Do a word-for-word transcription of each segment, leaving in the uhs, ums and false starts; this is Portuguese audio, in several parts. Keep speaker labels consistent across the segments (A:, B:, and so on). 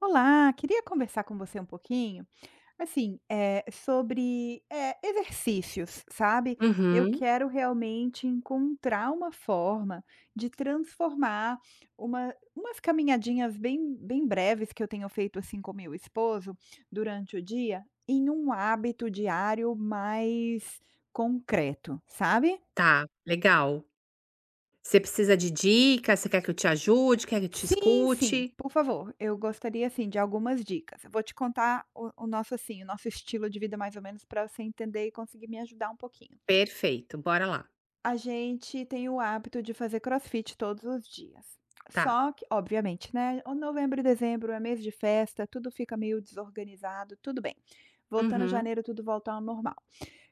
A: Olá, queria conversar com você um pouquinho, assim, eh, sobre, eh, exercícios, sabe. Eu
B: Uhum,
A: quero realmente encontrar uma forma de transformar uma umas caminhadinhas bem bem breves que eu tenho feito, assim, com meu esposo durante o dia, em um hábito diário mais concreto, sabe?
B: tá, legal. Você precisa de dicas? Você quer que eu te ajude? Quer que eu te
A: Sim, sim,
B: escute?
A: por favor, eu gostaria, assim, de algumas dicas. Eu vou te contar o o nosso, assim, o nosso estilo de vida mais ou menos para você entender e conseguir me ajudar um pouquinho.
B: Perfeito, bora lá.
A: A gente tem o hábito de fazer crossfit todos os dias,
B: Tá.
A: só que obviamente, né, o novembro e dezembro é mês de festa, tudo fica meio desorganizado, tudo bem. Voltando
B: Uhum.
A: janeiro, tudo volta ao normal.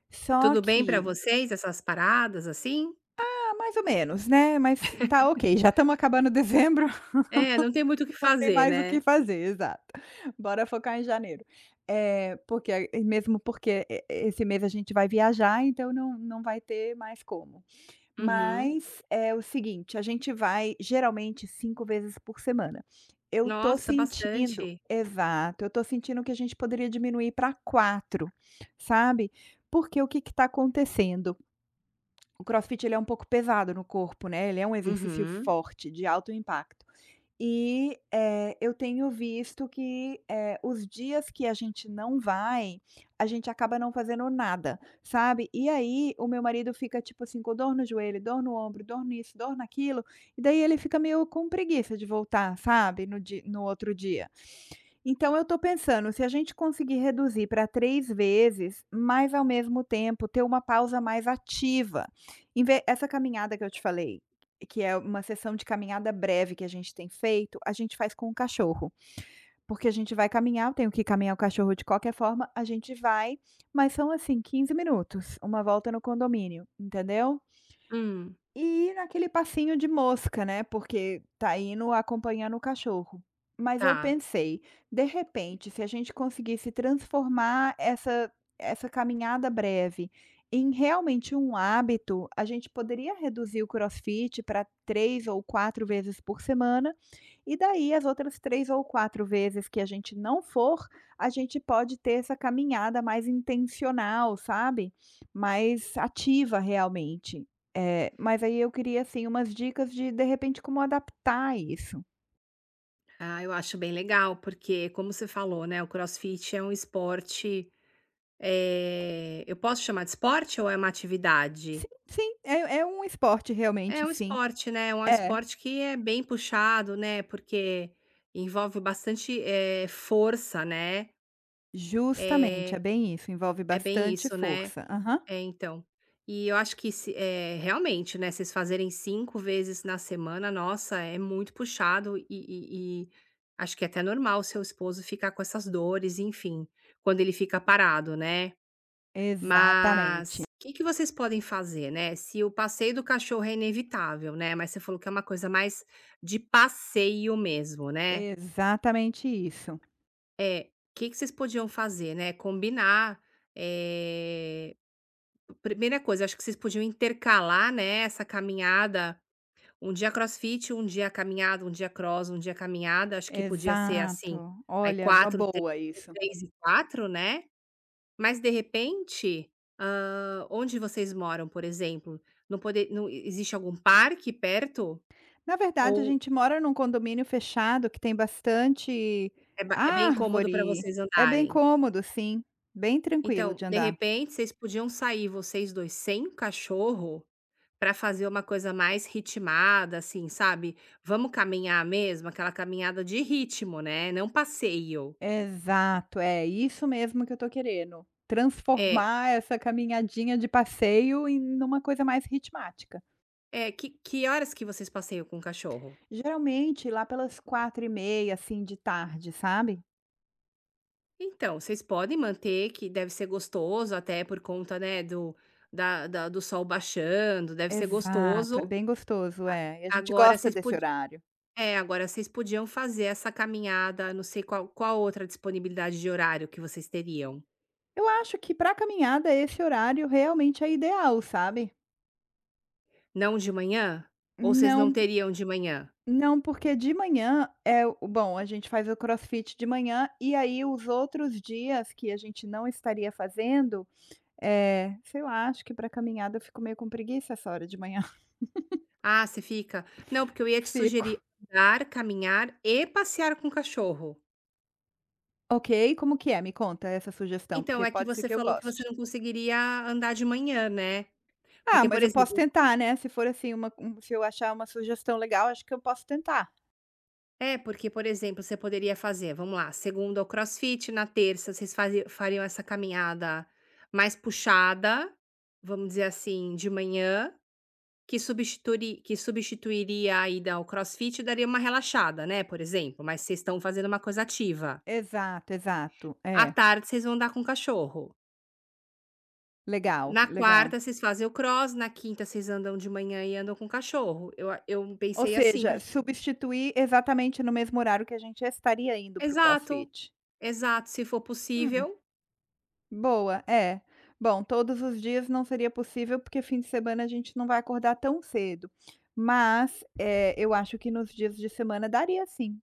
A: Só
B: Tudo bem pra
A: que
B: vocês essas paradas, assim?
A: ah, mais ou menos, né, mas tá ok, já estamos acabando dezembro.
B: É, não tem muito o que
A: Tem
B: fazer,
A: mais o que
B: né.
A: fazer, exato. Bora focar em janeiro. É porque e mesmo porque e Esse mês a gente vai viajar, então não não vai ter mais como.
B: Uhum.
A: Mas é o seguinte, a gente vai geralmente cinco vezes por semana. Eu tô
B: Nossa,
A: sentindo
B: bastante.
A: Exato, eu tô sentindo que a gente poderia diminuir para quatro, sabe. Porque o que que tá acontecendo? O crossfit ele é um pouco pesado no corpo, né, ele é um exercício
B: Uhum.
A: forte, de alto impacto. E, eh, eu tenho visto que, eh, os dias que a gente não vai, a gente acaba não fazendo nada, sabe. E aí o meu marido fica, tipo assim, com dor no joelho, dor no ombro, dor nisso, dor naquilo, e daí ele fica meio com preguiça de voltar, sabe, no di no outro dia. Então eu estou pensando, se a gente conseguir reduzir para três vezes, mas ao mesmo tempo ter uma pausa mais ativa, em ve essa caminhada que eu te falei, que é uma sessão de caminhada breve que a gente tem feito, a gente faz com o cachorro, porque a gente vai caminhar, eu tenho que caminhar o cachorro de qualquer forma, a gente vai, mas são assim quinze minutos, uma volta no condomínio, entendeu?
B: Hum,
A: E ir naquele passinho de mosca, né, porque tá indo acompanhando o cachorro. Mas eu
B: tá.
A: pensei, de repente, se a gente conseguisse transformar essa essa caminhada breve em realmente um hábito, a gente poderia reduzir o crossfit para três ou quatro vezes por semana, e daí as outras três ou quatro vezes que a gente não for, a gente pode ter essa caminhada mais intencional, sabe, mais ativa realmente. É, mas aí eu queria, assim, umas dicas de, de repente, como adaptar isso.
B: Ah, eu acho bem legal, porque como você falou, né, o crossfit é um esporte, eh, eu posso chamar de esporte ou é uma
A: Sim,
B: atividade?
A: sim, é, é um esporte
B: É
A: realmente,
B: um
A: sim.
B: esporte, né, é um
A: É,
B: esporte que é bem puxado, né, porque envolve bastante, eh, força, né,
A: justamente, é
B: eh,
A: bem isso, envolve
B: é bem
A: bastante
B: isso, né.
A: força. Aham.
B: É, então. E eu acho que se eh, realmente, né, vocês fazerem cinco vezes na semana, nossa, é muito puxado e e e acho que é até normal o seu esposo ficar com essas dores, enfim, quando ele fica parado, né.
A: Exatamente.
B: Mas, o que que vocês podem fazer, né, se o passeio do cachorro é inevitável, né, mas você falou que é uma coisa mais de passeio mesmo, né.
A: Exatamente isso.
B: É, o que que vocês podiam fazer, né, combinar, eh, primeira coisa, acho que vocês podiam intercalar, né, essa caminhada, um dia crossfit, um dia caminhada, um dia cross, um dia caminhada, acho que podia ser assim,
A: Exato.
B: aí
A: Olha, uma
B: quatro, três
A: boa isso.
B: três e quatro, né. Mas de repente, hã, onde vocês moram, por exemplo, não poder, não existe algum parque perto?
A: Na verdade, a
B: Ou
A: gente mora num condomínio fechado que tem bastante
B: é ba é bem cômodo para
A: árvore.
B: vocês
A: É bem
B: andarem?
A: cômodo, sim, bem tranquilo
B: Então,
A: de
B: de
A: andar.
B: repente, vocês podiam sair vocês dois sem o cachorro para fazer uma coisa mais ritmada, assim, sabe, vamos caminhar mesmo, aquela caminhada de ritmo, né, não passeio.
A: Exato, é isso mesmo que eu tô querendo,
B: É,
A: transformar essa caminhadinha de passeio em numa coisa mais ritmática.
B: é, que que horas que vocês passeiam com o cachorro?
A: Geralmente lá pelas quatro e meia, assim, de tarde, sabe?
B: Então, vocês podem manter que deve ser gostoso até por conta, né, do da da do sol baixando, deve ser
A: Exato, é
B: gostoso.
A: bem gostoso, é, e a gente
B: Agora
A: gosta
B: vocês
A: desse
B: pod
A: horário.
B: é, agora vocês podiam fazer essa caminhada, não sei qual qual outra disponibilidade de horário que vocês teriam.
A: Eu acho que para caminhada esse horário realmente é ideal, sabe?
B: Não de manhã? Ou vocês não
A: Não,
B: teriam de manhã?
A: não, porque de manhã é o bom, a gente faz o crossfit de manhã e aí os outros dias que a gente não estaria fazendo, é, sei lá, acho que pra caminhada eu fico meio com preguiça essa hora de manhã.
B: Ah, você fica não, porque eu ia te
A: Fico.
B: sugerir andar, caminhar e passear com o cachorro.
A: Ok, como que é? Me conta essa sugestão,
B: Então,
A: porque
B: é que
A: pode ser
B: você
A: que eu
B: falou que você
A: goste.
B: não conseguiria andar de manhã, né.
A: Ah,
B: Porque,
A: mas
B: por
A: eu posso
B: exemplo
A: tentar, né, se for assim uma um se eu achar uma sugestão legal, acho que eu posso tentar.
B: É, porque, por exemplo, você poderia fazer, vamos lá, segunda o crossfit, na terça vocês fazi fariam essa caminhada mais puxada, vamos dizer assim, de manhã, que substituri que substituiria a ida ao crossfit e daria uma relaxada, né, por exemplo, mas vocês estão fazendo uma coisa ativa.
A: Exato, exato.
B: À
A: É.
B: tarde vocês vão andar com o cachorro.
A: Legal,
B: Na
A: legal.
B: quarta vocês fazem o cross, na quinta vocês andam de manhã e andam com o cachorro. Eu a eu
A: Ou
B: pensei assim
A: seja,
B: pra ti.
A: substituir exatamente no mesmo horário que a gente estaria indo para o
B: Exato,
A: CrossFit.
B: exato, se for
A: Hum.
B: possível.
A: Boa, é. Bom, todos os dias não seria possível, porque fim de semana a gente não vai acordar tão cedo, mas, eh, eu acho que nos dias de semana daria sim,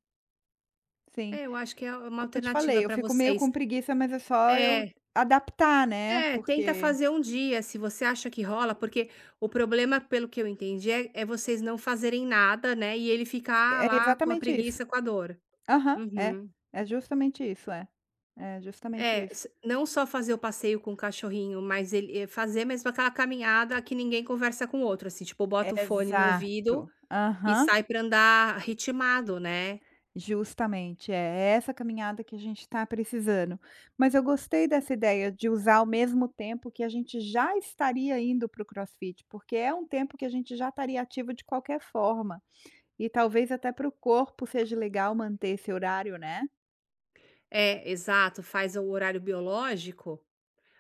A: sim.
B: É, eu acho que é uma
A: Como eu te
B: alternativa
A: falei, eu
B: para
A: fico meio
B: vocês.
A: com preguiça, mas é só eu
B: É,
A: adaptar, né,
B: é, tenta
A: porque
B: fazer um dia, se você acha que rola, porque o problema, pelo que eu entendi, é é vocês não fazerem nada, né, e ele ficar
A: é
B: lá com a
A: exatamente isso.
B: preguiça, com a dor.
A: Aham, é.
B: Uhum.
A: É justamente isso, é. É justamente
B: É,
A: isso.
B: s não só fazer o passeio com o cachorrinho, mas ele é, fazer mesmo aquela caminhada que ninguém conversa com o outro, assim, tipo, bota o fone no ouvido
A: Exato.
B: e
A: Aham.
B: sai para andar ritmado, né.
A: Justamente, é essa caminhada que a gente está precisando. Mas eu gostei dessa ideia de usar ao mesmo tempo que a gente já estaria indo para o CrossFit, porque é um tempo que a gente já estaria ativo de qualquer forma. E talvez até para o corpo seja legal manter esse horário, né?
B: É, exato, faz o horário biológico.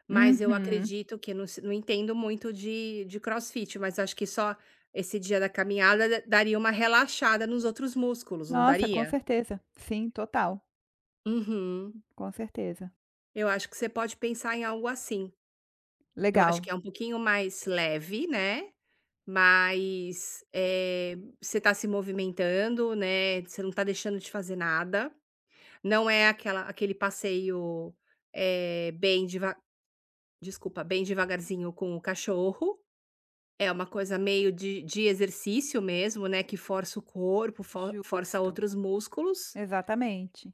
B: Mas eu
A: Uhum.
B: acredito que eu não se não entendo muito de de crossfit, mas acho que só esse dia da caminhada da daria uma relaxada nos outros músculos, não
A: Nossa, com
B: daria?
A: certeza. Sim, total.
B: Uhum.
A: Com certeza.
B: Eu acho que você pode pensar em algo assim. Eu acho
A: Legal.
B: que é um pouquinho mais leve, né, mas, eh, você tá se movimentando, né, você não tá deixando de fazer nada. Não é aquela aquele passeio, eh, bem deva desculpa, bem devagarzinho com o cachorro. É uma coisa meio de de exercício mesmo, né, que força o corpo, for força
A: Justo.
B: outros músculos.
A: Exatamente.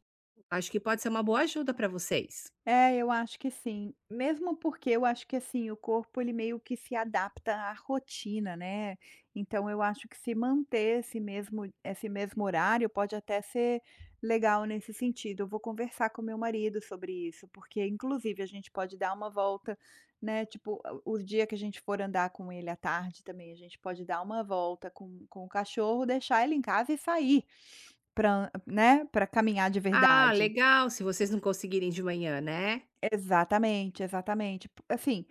B: Acho que pode ser uma boa ajuda para vocês.
A: É, eu acho que sim. Mesmo porque eu acho que, assim, o corpo ele meio que se adapta à rotina, né. Então eu acho que se manter esse mesmo esse mesmo horário pode até ser legal nesse sentido. Eu vou conversar com meu marido sobre isso, porque inclusive a gente pode dar uma volta, né, tipo, o o dia que a gente for andar com ele à tarde também, a gente pode dar uma volta com com o cachorro, deixar ele em casa e sair para né, Para caminhar de
B: Ah,
A: verdade.
B: legal, se vocês não conseguirem de manhã, né.
A: Exatamente, exatamente. P- Assim,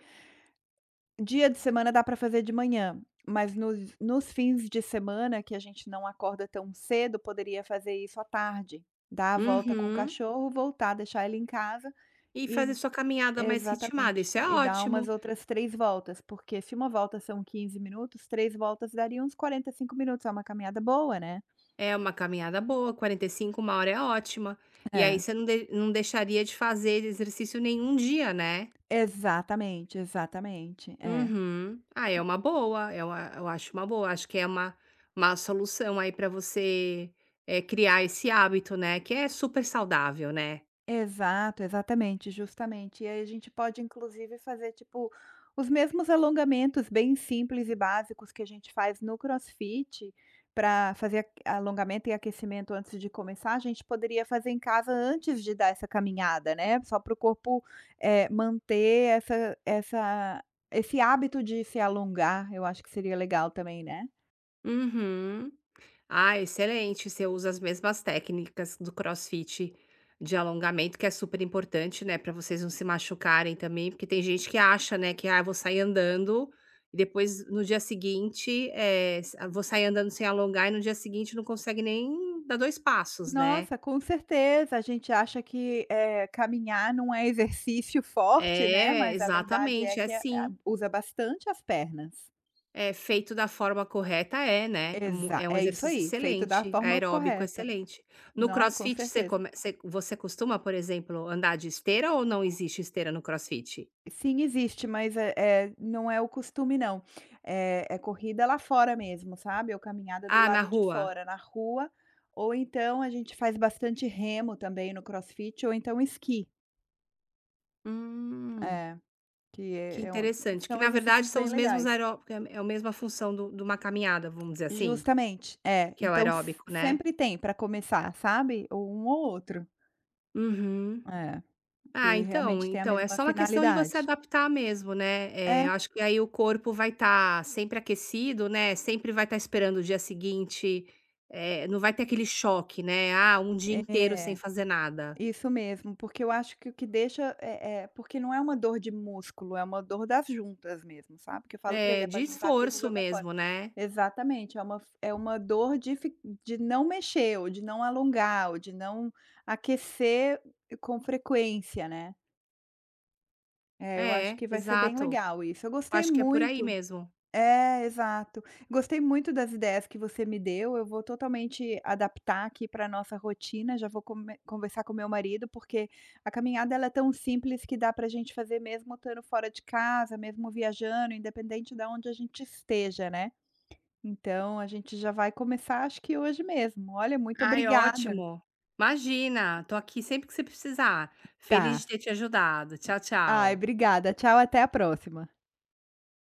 A: dia de semana dá para fazer de manhã, mas nos nos fins de semana que a gente não acorda tão cedo, poderia fazer isso à tarde, dar a volta com o
B: Uhum.
A: cachorro, voltar, deixar ele em casa
B: E
A: e
B: fazer sua caminhada mais ritmada,
A: exatamente,
B: isso é
A: e dar umas
B: ótimo.
A: outras três voltas, porque se uma volta são quinze minutos, três voltas daria uns quarenta e cinco minutos, é uma caminhada boa, né.
B: É uma caminhada boa, quarenta e cinco uma hora é ótima. E aí
A: É,
B: você não de não deixaria de fazer exercício nenhum dia, né?
A: exatamente, exatamente, é.
B: Uhum. Ah, é uma boa, eu a eu acho uma boa, acho que é uma uma solução aí para você, eh, criar esse hábito, né, que é super saudável, né.
A: Exato, exatamente, justamente. E aí a gente pode inclusive fazer tipo os mesmos alongamentos bem simples e básicos que a gente faz no CrossFit para fazer aque- alongamento e aquecimento antes de começar, a gente poderia fazer em casa antes de dar essa caminhada, né? Só para o corpo eh, manter essa, essa, esse hábito de se alongar, eu acho que seria legal também, né?
B: Uhum. Ah, excelente, você usa as mesmas técnicas do CrossFit de alongamento, que é super importante, né, para vocês não se machucarem também, porque tem gente que acha, né, que: "Ah, eu vou sair andando e depois no dia seguinte, eh, sa vou sair andando sem alongar e no dia seguinte não consegue nem dar dois passos", né.
A: Nossa, com certeza. A gente acha que, eh, caminhar não é exercício forte, né,
B: É,
A: mas a verdade é
B: exatamente, é
A: que a a
B: sim.
A: usa bastante as pernas.
B: É, feito da forma correta é, né, é mu
A: Exa
B: é um
A: é isso
B: exercício
A: aí, feito da
B: excelente,
A: forma
B: aeróbico
A: correta.
B: excelente. No
A: Não, com
B: CrossFit você
A: certeza.
B: come você você costuma, por exemplo, andar de esteira ou não existe esteira no CrossFit?
A: Sim, existe, mas é é não é o costume não. É é corrida lá fora mesmo, sabe, ou caminhada do
B: Ah, na
A: lado de
B: rua?
A: fora, na rua, ou então a gente faz bastante remo também no crossfit, ou então esqui.
B: Hum,
A: É, que
B: que
A: é é um
B: interessante, que
A: são
B: na verdade
A: exercícios
B: são
A: bem
B: os mesmos
A: legais.
B: aeróbicos, é é a mesma função do de uma caminhada, vamos dizer assim,
A: Justamente, é.
B: que é o
A: Então s
B: aeróbico, né?
A: sempre tem para começar, sabe, ou um ou outro.
B: Uhum.
A: É,
B: Ah,
A: que
B: então
A: realmente tem a
B: então é
A: mesma
B: só uma questão de você
A: finalidade.
B: adaptar mesmo, né,
A: É,
B: eh, acho que aí o corpo vai estar sempre aquecido, né, sempre vai estar esperando o dia seguinte, eh, não vai ter aquele choque, né, ah, um dia inteiro sem
A: é,
B: fazer nada.
A: isso mesmo, porque eu acho que o que deixa é é porque não é uma dor de músculo, é uma dor das juntas mesmo, sabe, que eu falo pra ele:
B: É,
A: "É
B: de
A: pra juntar tudo e
B: esforço
A: jogar fora".
B: mesmo, né.
A: Exatamente, é uma é uma dor de fi de não mexer ou de não alongar ou de não aquecer com frequência, né. É, eu acho
B: É,
A: que vai ser bem
B: exato.
A: legal isso. Eu gostei
B: Acho que é por aí
A: muito.
B: mesmo.
A: É, exato. Gostei muito das ideias que você me deu, eu vou totalmente adaptar aqui para nossa rotina, já vou come conversar com meu marido, porque a caminhada ela é tão simples que dá para a gente fazer mesmo estando fora de casa, mesmo viajando, independente de onde a gente esteja, né. Então a gente já vai começar acho que hoje mesmo. Olha, muito
B: Ai,
A: obrigada.
B: ótimo. Imagina, tô aqui sempre que você precisar. Feliz de
A: Tá.
B: ter te ajudado. Tchau,
A: Ai,
B: tchau.
A: obrigada. Tchau, até a próxima.